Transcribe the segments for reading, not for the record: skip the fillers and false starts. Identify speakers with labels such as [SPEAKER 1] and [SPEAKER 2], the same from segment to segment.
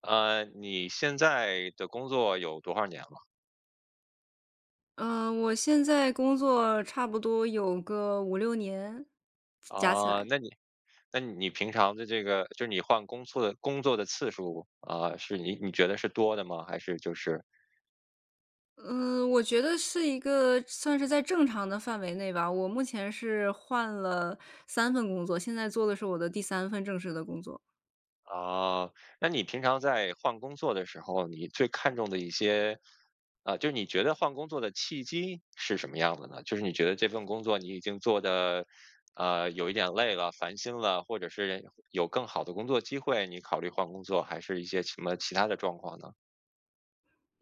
[SPEAKER 1] 你现在的工作有多少年了？
[SPEAKER 2] 我现在工作差不多有个5、6年，加起
[SPEAKER 1] 啊、
[SPEAKER 2] 来。
[SPEAKER 1] 那你那你平常的这个，就是你换工作的次数啊、是你觉得是多的吗？还是就是。
[SPEAKER 2] 嗯，我觉得是一个算是在正常的范围内吧。我目前是换了三份工作，现在做的是我的第三份正式的工作。
[SPEAKER 1] 啊、那你平常在换工作的时候，你最看重的一些。就是你觉得换工作的契机是什么样的呢？就是你觉得这份工作你已经做的有一点累了、烦心了，或者是有更好的工作机会，你考虑换工作，还是一些什么其他的状况呢？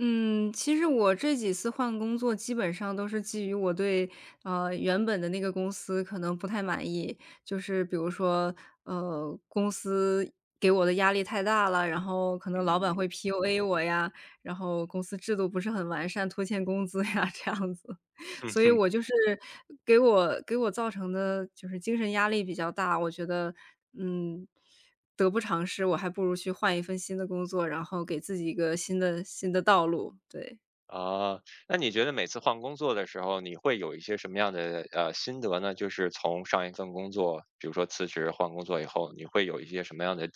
[SPEAKER 2] 嗯，其实我这几次换工作基本上都是基于我对，原本的那个公司可能不太满意。就是比如说，公司给我的压力太大了，然后可能老板会
[SPEAKER 1] 嗯。
[SPEAKER 2] PUA 我呀，然后公司制度不是很完善，拖欠工资呀，这样子。
[SPEAKER 1] 嗯
[SPEAKER 2] 所以
[SPEAKER 1] 哼。
[SPEAKER 2] 我就是给我造成的就是精神压力比较大，我觉得，嗯。得不偿失，我还不如去换一份新的工作，然后给自己一个新的道路，对。
[SPEAKER 1] 啊，那你觉得每次换工作的时候，你会有一些什么样的心得呢？就是从上一份工作，比如说辞职换工作以后，你会有一些什么样的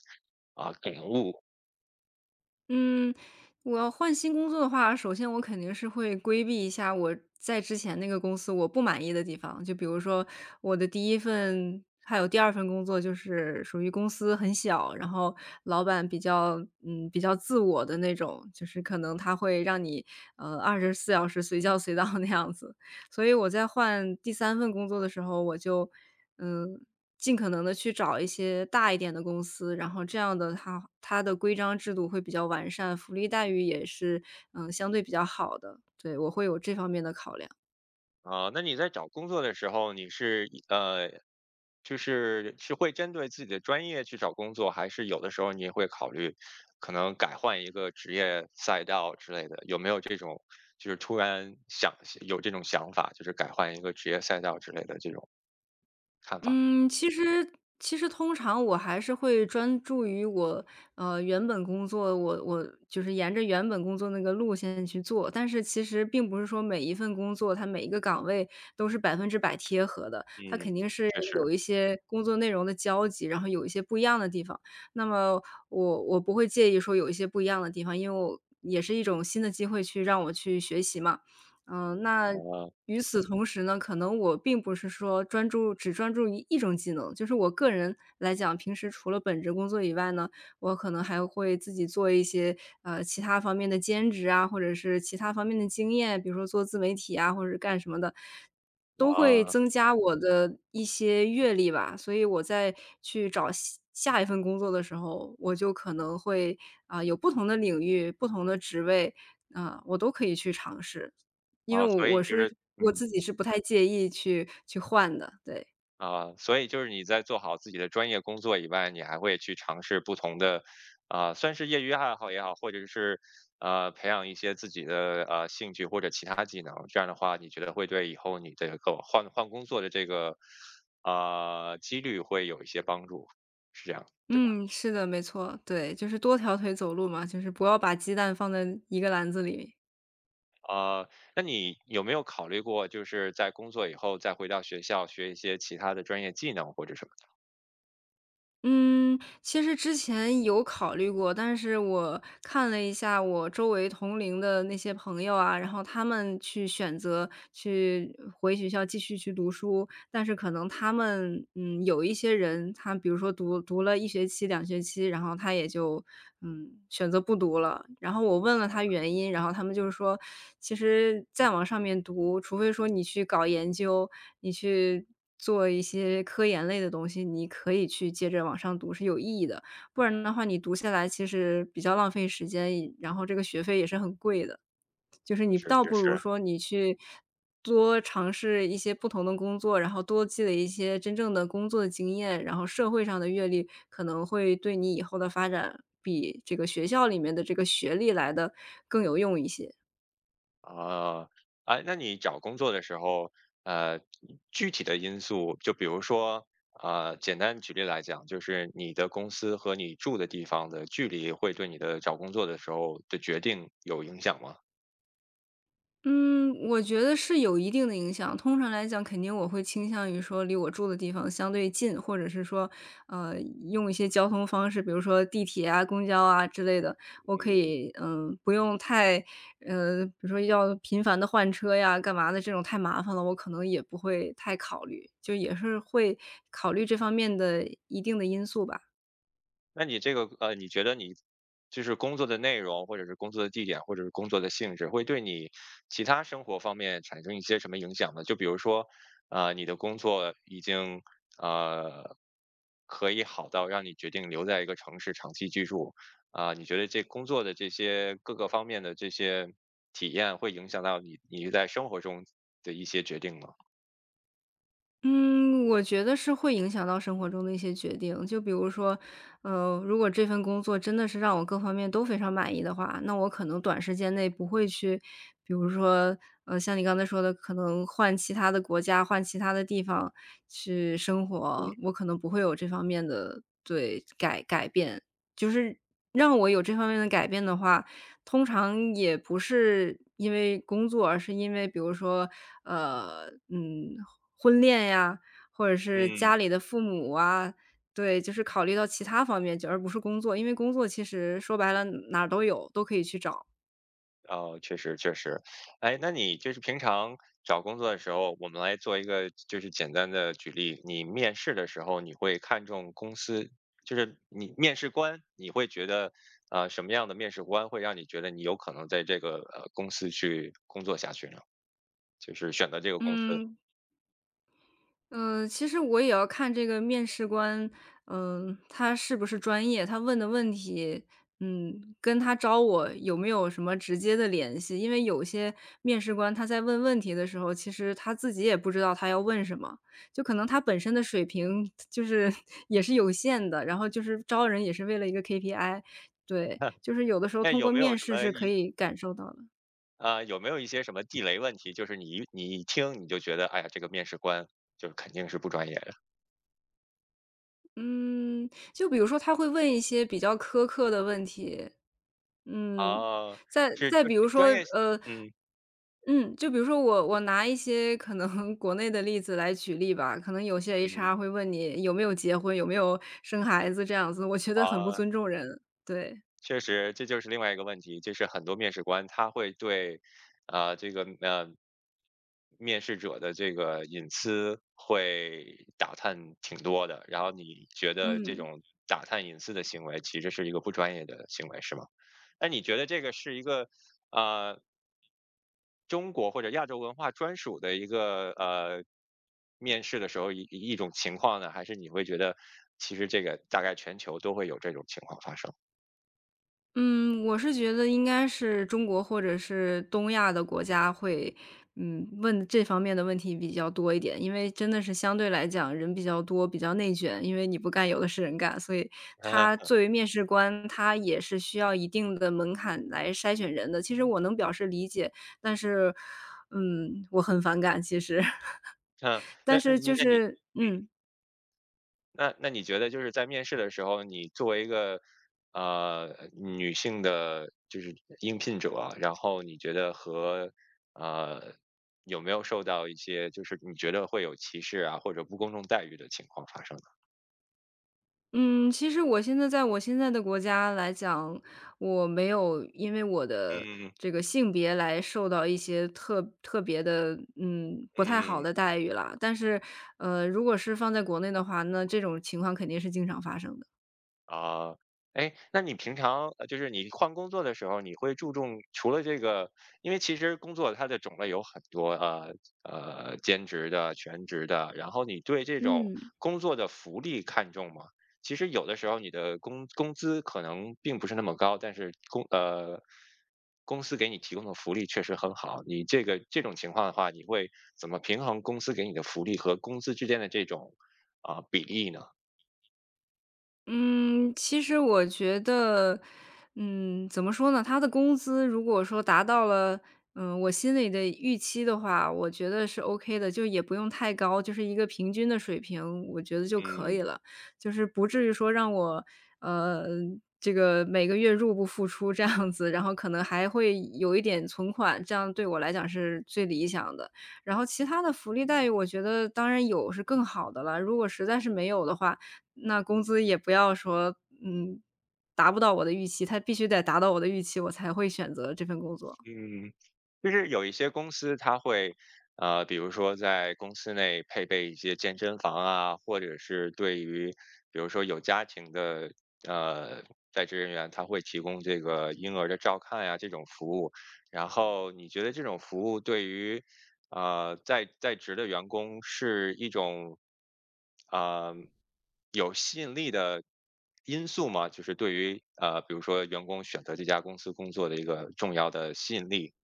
[SPEAKER 1] 感悟？
[SPEAKER 2] 嗯，我要换新工作的话，首先我肯定是会规避一下我在之前那个公司我不满意的地方，就比如说我的第一份还有第二份工作就是属于公司很小，然后老板比较自我的那种，就是可能他会让你，24小时随叫随到那样子。所以我在换第三份工作的时候，我就嗯，尽可能的去找一些大一点的公司，然后这样的它的规章制度会比较完善，福利待遇也是，相对比较好的，对，我会有这方面的考量。
[SPEAKER 1] 那你在找工作的时候，你是以就是是会针对自己的专业去找工作，还是有的时候你也会考虑可能改换一个职业赛道之类的？有没有这种就是突然想有这种想法，就是改换一个职业赛道之类的这种看法？
[SPEAKER 2] 嗯，其实通常我还是会专注于我，原本工作，我就是沿着原本工作那个路线去做，但是其实并不是说每一份工作，它每一个岗位都是100%贴合的，它
[SPEAKER 1] 嗯，
[SPEAKER 2] 肯定是
[SPEAKER 1] 确
[SPEAKER 2] 有
[SPEAKER 1] 实。
[SPEAKER 2] 一些工作内容的交集，然后有一些不一样的地方。那么我不会介意说有一些不一样的地方，因为我也是一种新的机会去让我去学习嘛。那
[SPEAKER 1] 啊
[SPEAKER 2] 与此同时呢，可能我并不是说专注只专注于一种技能，就是我个人来讲，平时除了本职工作以外呢，我可能还会自己做一些其他方面的兼职啊，或者是其他方面的经验，比如说做自媒体啊，或者是干什么的，都会
[SPEAKER 1] 啊
[SPEAKER 2] 增加我的一些阅历吧。所以我在去找下一份工作的时候，我就可能会啊、有不同的领域、不同的职位啊、我都可以去尝试。因为
[SPEAKER 1] 啊，
[SPEAKER 2] 我
[SPEAKER 1] 所
[SPEAKER 2] 我
[SPEAKER 1] 以就是
[SPEAKER 2] 是
[SPEAKER 1] 嗯，
[SPEAKER 2] 我自己是不太介意去换的，对。
[SPEAKER 1] 所以就是你在做好自己的专业工作以外，你还会去尝试不同的，算是业余爱好也好，或者是，培养一些自己的，兴趣或者其他技能，这样的话，你觉得会对以后你这个换工作的这个，几率会有一些帮助，是这样，对吧？
[SPEAKER 2] 嗯，是的，没错，对，就是多条腿走路嘛，就是不要把鸡蛋放在一个篮子里。
[SPEAKER 1] 啊，那你有没有考虑过，就是在工作以后再回到学校学一些其他的专业技能或者什么的？
[SPEAKER 2] 嗯，其实之前有考虑过，但是我看了一下我周围同龄的那些朋友啊，然后他们去选择去回学校继续去读书，但是可能他们，有一些人，他比如说读了一学期、两学期，然后他也就，选择不读了。然后我问了他原因，然后他们就是说，其实再往上面读，除非说你去搞研究，你去做一些科研类的东西，你可以去接着往上读是有意义的，不然的话你读下来其实比较浪费时间，然后这个学费也是很贵的。就是你
[SPEAKER 1] 是
[SPEAKER 2] 倒
[SPEAKER 1] 确
[SPEAKER 2] 不如
[SPEAKER 1] 实。
[SPEAKER 2] 说你去多尝试一些不同的工作，然后多积累一些真正的工作的经验，然后社会上的阅历可能会对你以后的发展比这个学校里面的这个学历来的更有用一些。
[SPEAKER 1] 啊，哎，那你找工作的时候，呃，具体的因素，就比如说，简单举例来讲，就是你的公司和你住的地方的距离，会对你的找工作的时候的决定有影响吗？
[SPEAKER 2] 嗯，我觉得是有一定的影响。通常来讲，肯定我会倾向于说离我住的地方相对近，或者是说，呃，用一些交通方式，比如说地铁啊、公交啊之类的，我可以，不用太，比如说要频繁的换车呀、干嘛的这种太麻烦了，我可能也不会太考虑，就也是会考虑这方面的一定的因素吧。
[SPEAKER 1] 那你这个你觉得你就是工作的内容，或者是工作的地点，或者是工作的性质，会对你其他生活方面产生一些什么影响呢？就比如说，你的工作已经呃可以好到让你决定留在一个城市长期居住，你觉得这工作的这些各个方面的这些体验，会影响到你在生活中的一些决定吗？
[SPEAKER 2] 嗯，我觉得是会影响到生活中的一些决定。就比如说，如果这份工作真的是让我各方面都非常满意的话，那我可能短时间内不会去，比如说，像你刚才说的，可能换其他的国家、换其他的地方去生
[SPEAKER 1] 嗯。
[SPEAKER 2] 活，我可能不会有这方面的对改变。就是让我有这方面的改变的话，通常也不是因为工作，而是因为比如说呃，嗯，婚恋呀，或者是
[SPEAKER 1] 嗯。
[SPEAKER 2] 家里的父母啊，对，就是考虑到其他方面，就而不是工作，因为工作其实说白了哪儿都有，都可以去找。
[SPEAKER 1] 哦，确实确实。哎，那你就是平常找工作的时候，我们来做一个就是简单的举例，你面试的时候你会看重公司，就是你面试官，你会觉得什么样的面试官会让你觉得你有可能在这个公司去工作下去呢？就是选择这个公司。
[SPEAKER 2] 嗯，嗯，其实我也要看这个面试官，他是不是专业，他问的问题，跟他招我有没有什么直接的联系？因为有些面试官他在问问题的时候，其实他自己也不知道他要问什么，就可能他本身的水平就是 也是有限的，然后就是招人也是为了一个 KPI,对，就是有的时候
[SPEAKER 1] 那
[SPEAKER 2] 通过
[SPEAKER 1] 有没有
[SPEAKER 2] 面
[SPEAKER 1] 什
[SPEAKER 2] 试
[SPEAKER 1] 么
[SPEAKER 2] 是可
[SPEAKER 1] 一
[SPEAKER 2] 以感受到的。
[SPEAKER 1] 啊、有没有一些什么地雷问题？就是你一听你就觉得，哎呀，这个面试官就是肯定是不专业的。
[SPEAKER 2] 嗯，就比如说他会问一些比较苛刻的问题。嗯，
[SPEAKER 1] 哦。
[SPEAKER 2] 再
[SPEAKER 1] 是，就
[SPEAKER 2] 再比如说，
[SPEAKER 1] 专业。
[SPEAKER 2] 呃
[SPEAKER 1] 嗯
[SPEAKER 2] 嗯，就比如说我拿一些可能 国内的例子来举例吧，可能有些
[SPEAKER 1] 嗯。
[SPEAKER 2] HR 会问你有没有结婚，有没有生孩子这样子，我觉得很不
[SPEAKER 1] 啊，
[SPEAKER 2] 尊重人，对，
[SPEAKER 1] 确实，这就是另外一个问题，就是很多面试官他会对，这个面试者的这个隐私会打探挺多的，然后你觉得这
[SPEAKER 2] 嗯。
[SPEAKER 1] 种打探隐私的行为其实是一个不专业的行为，是吗？那你觉得这个是一个呃中国或者亚洲文化专属的一个面试的时候一种情况呢，还是你会觉得其实这个大概全球都会有这种情况发生？
[SPEAKER 2] 嗯，我是觉得应该是中国或者是东亚的国家会，问这方面的问题比较多一点，因为真的是相对来讲人比较多，比较内卷，因为你不干有的是人干，所以他 作为面试官，他也是需要一定的门槛来筛选人的。其实我能表示理解，但是，我很反感其实，
[SPEAKER 1] 嗯。但
[SPEAKER 2] 但
[SPEAKER 1] 那
[SPEAKER 2] 是
[SPEAKER 1] 你
[SPEAKER 2] 就
[SPEAKER 1] 那你
[SPEAKER 2] 是嗯。
[SPEAKER 1] 那那你觉得就是在面试的时候，你作为一个女性的，就是应聘者啊，然后你觉得和呃有没有受到一些就是你觉得会有歧视啊或者不公正待遇的情况发生呢？
[SPEAKER 2] 嗯，其实我现在在我现在的国家来讲，我没有因为我的
[SPEAKER 1] 嗯
[SPEAKER 2] 这个性别来受到一些特别的，不太好
[SPEAKER 1] 嗯。
[SPEAKER 2] 的待遇啦。但是，如果是放在国内的话，那这种情况肯定是经常发生的。
[SPEAKER 1] 啊，哎，那你平常就是你换工作的时候，你会注重除了这个，因为其实工作它的种类有很多啊，呃兼职的、全职的，然后你对这种
[SPEAKER 2] 嗯。
[SPEAKER 1] 工作的福利看重吗？其实有的时候你的工资可能并不是那么高，但是公司给你提供的福利确实很好。你这个这种情况的话，你会怎么平衡公司给你的福利和工资之间的这种比例呢？
[SPEAKER 2] 嗯，其实我觉得，怎么说呢？他的工资如果说达到了，我心里的预期的话，我觉得是 OK 的，就也不用太高，就是一个平均的水平，我觉得就可
[SPEAKER 1] 嗯
[SPEAKER 2] 以了。就是不至于说让我，呃，这个每个月入不敷出这样子，然后可能还会有一点存款，这样对我来讲是最理想的。然后其他的福利待遇，我觉得当然有是更好的了，如果实在是没有的话，那工资也不要说，嗯，达不到我的预期，他必须得达到我的预期，我才会选择这份工作。
[SPEAKER 1] 嗯。就是有一些公司它会，比如说在公司内配备一些健身房啊，或者是对于比如说有家庭的呃在职人员，他会提供这个婴儿的照看呀、这种服务。然后你觉得这种服务对于在职的员工是一种，呃，有吸引力的因素吗？就是对于比如说员工选择这家公司工作的一个重要的吸引力。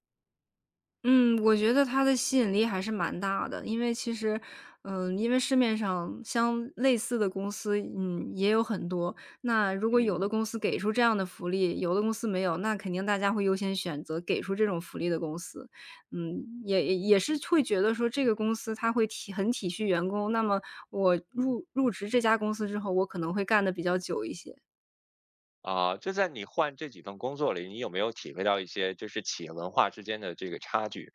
[SPEAKER 2] 嗯，我觉得它的吸引力还是蛮大的，因为其实，因为市面上相类似的公司，也有很多。那如果有的
[SPEAKER 1] 嗯。
[SPEAKER 2] 公司给出这样的福利，有的公司没有，那肯定大家会优先选择给出这种福利的公司。也是会觉得说这个公司它会很体恤员工，那么我入职这家公司之后，我可能会干的比较久一些。
[SPEAKER 1] 就在你换这几份工作里，你有没有体会到一些就是企业文化之间的这个差距？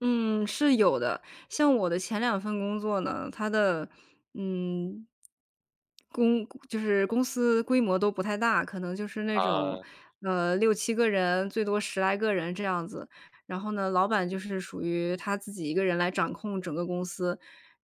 [SPEAKER 2] 嗯，是有的。像我的前两份工作呢，它的，嗯，就是公司规模都不太大，可能就是那
[SPEAKER 1] 啊。
[SPEAKER 2] 种，
[SPEAKER 1] 嗯
[SPEAKER 2] 六七个人，最多10来个人这样子。然后呢，老板就是属于他自己一个人来掌控整个公司。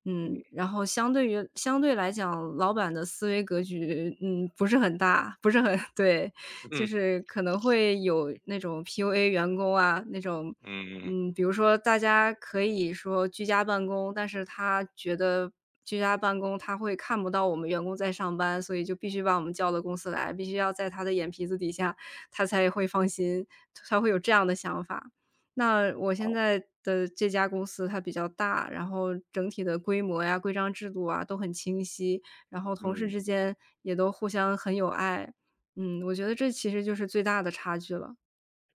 [SPEAKER 2] 嗯，然后相对来讲，老板的思维格局，不是很大，不是很 对，就
[SPEAKER 1] 嗯
[SPEAKER 2] 是可能会有那种 PUA 员工啊，那种
[SPEAKER 1] 嗯嗯。
[SPEAKER 2] 嗯，比如说大家可以说居家办公，但是他觉得居家办公他会看不到我们员工在上班，所以就必须把我们叫到公司来，必须要在他的眼皮子底下，他才会放心，他会有这样的想法。那我现
[SPEAKER 1] 好。
[SPEAKER 2] 在的这家公司它比较大，然后整体的规模呀、规章制度啊都很清晰，然后同事
[SPEAKER 1] 嗯。
[SPEAKER 2] 之间也都互相很有爱。嗯，我觉得这其实就是最大的差距了。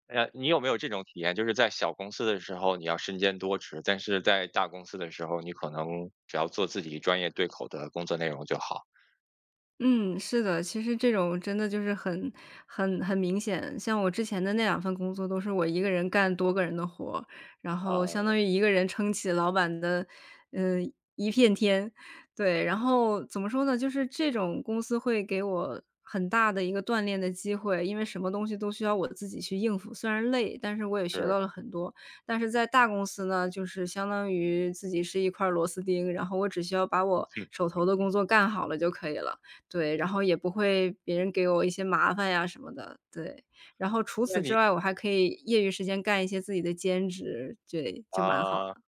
[SPEAKER 1] 你有没有这种体验？就是在小公司的时候，你要身兼多职，但是在大公司的时候，你可能只要做自己专业对口的工作内容就好。
[SPEAKER 2] 嗯，是的，其实这种真的就是很明显。像我之前的那两份工作都是我一个人干多个人的活儿，然后
[SPEAKER 1] 啊、
[SPEAKER 2] 相当于一个人撑起老板的，一片天。对，然后怎么说呢，就是这种公司会给我很大的一个锻炼的机会，因为什么东西都需要我自己去应付，虽然累，但是我也学
[SPEAKER 1] 是。
[SPEAKER 2] 到了很多。但是在大公司呢，就是相当于自己是一块儿螺丝钉，然后我只需要把我
[SPEAKER 1] 嗯。
[SPEAKER 2] 手头的工作干好了就可以了。对，然后也不会别人给我一些麻烦呀什么的，对。然后除
[SPEAKER 1] 那
[SPEAKER 2] 此之
[SPEAKER 1] 你
[SPEAKER 2] 外，我还可以业余时间干一些自己的兼职，对，就蛮好
[SPEAKER 1] 啊、
[SPEAKER 2] 的。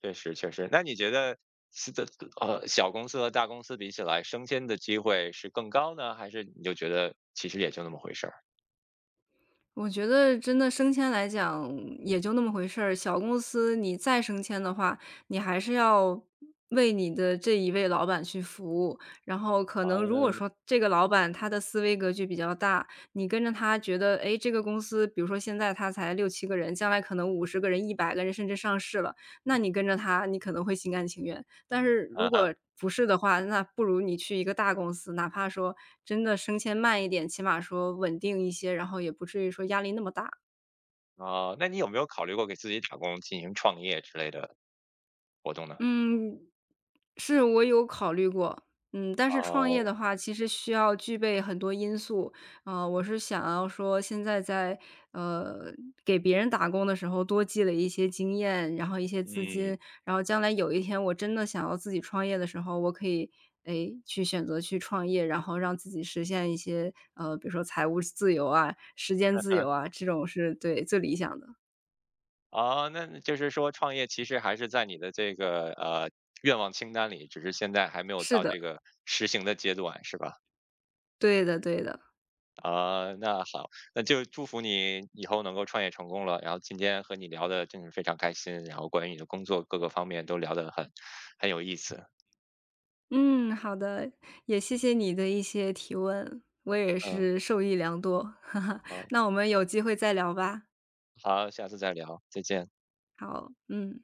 [SPEAKER 1] 确实确实。那你觉得，是的。小公司和大公司比起来，升迁的机会是更高呢，还是你就觉得其实也就那么回事儿？
[SPEAKER 2] 我觉得真的升迁来讲也就那么回事儿，小公司你再升迁的话，你还是要为你的这一位老板去服务。然后可能如果说这个老板他的思维格局比较大，你跟着他觉得，哎，这个公司比如说现在他才六七个人，将来可能50个人、100个人甚至上市了，那你跟着他，你可能会心甘情愿。但是
[SPEAKER 1] 啊、
[SPEAKER 2] 如
[SPEAKER 1] 啊啊、
[SPEAKER 2] 果不是的话，那不如你去一个大公司，哪怕说真的升迁慢一点，起码说稳定一些，然后也不至于说压力那么大。
[SPEAKER 1] 哦，那你有没有考虑过给自己打工、进行创业之类的活动呢？
[SPEAKER 2] 嗯，是，我有考虑过，但是
[SPEAKER 1] 啊、
[SPEAKER 2] 创业的话，其实需要具备很多因素，我是想要说现在在，呃，给别人打工的时候多积累一些经验，然后一些资
[SPEAKER 1] 嗯。
[SPEAKER 2] 金，然后将来有一天我真的想要自己创业的时候，我可以，诶，去选择去创业，然后让自己实现一些，比如说财务自由啊、时间自由啊，这种是对，最理想的。
[SPEAKER 1] 哦，那就是说创业其实还是在你的这个，愿望清单里，只是现在还没有
[SPEAKER 2] 是
[SPEAKER 1] 到
[SPEAKER 2] 的，
[SPEAKER 1] 这个实行的阶段，是吧？
[SPEAKER 2] 对的对的。
[SPEAKER 1] 那好，那就祝福你以后能够创业成功了。然后今天和你聊的真是非常开心，然后关于你的工作各个方面都聊得很有意思。
[SPEAKER 2] 嗯，好的，也谢谢你的一些提问，我也
[SPEAKER 1] 嗯。
[SPEAKER 2] 是受益良多，哈哈，
[SPEAKER 1] 好。
[SPEAKER 2] 那我们有机会再聊吧。
[SPEAKER 1] 好，下次再聊，再见。
[SPEAKER 2] 好，嗯。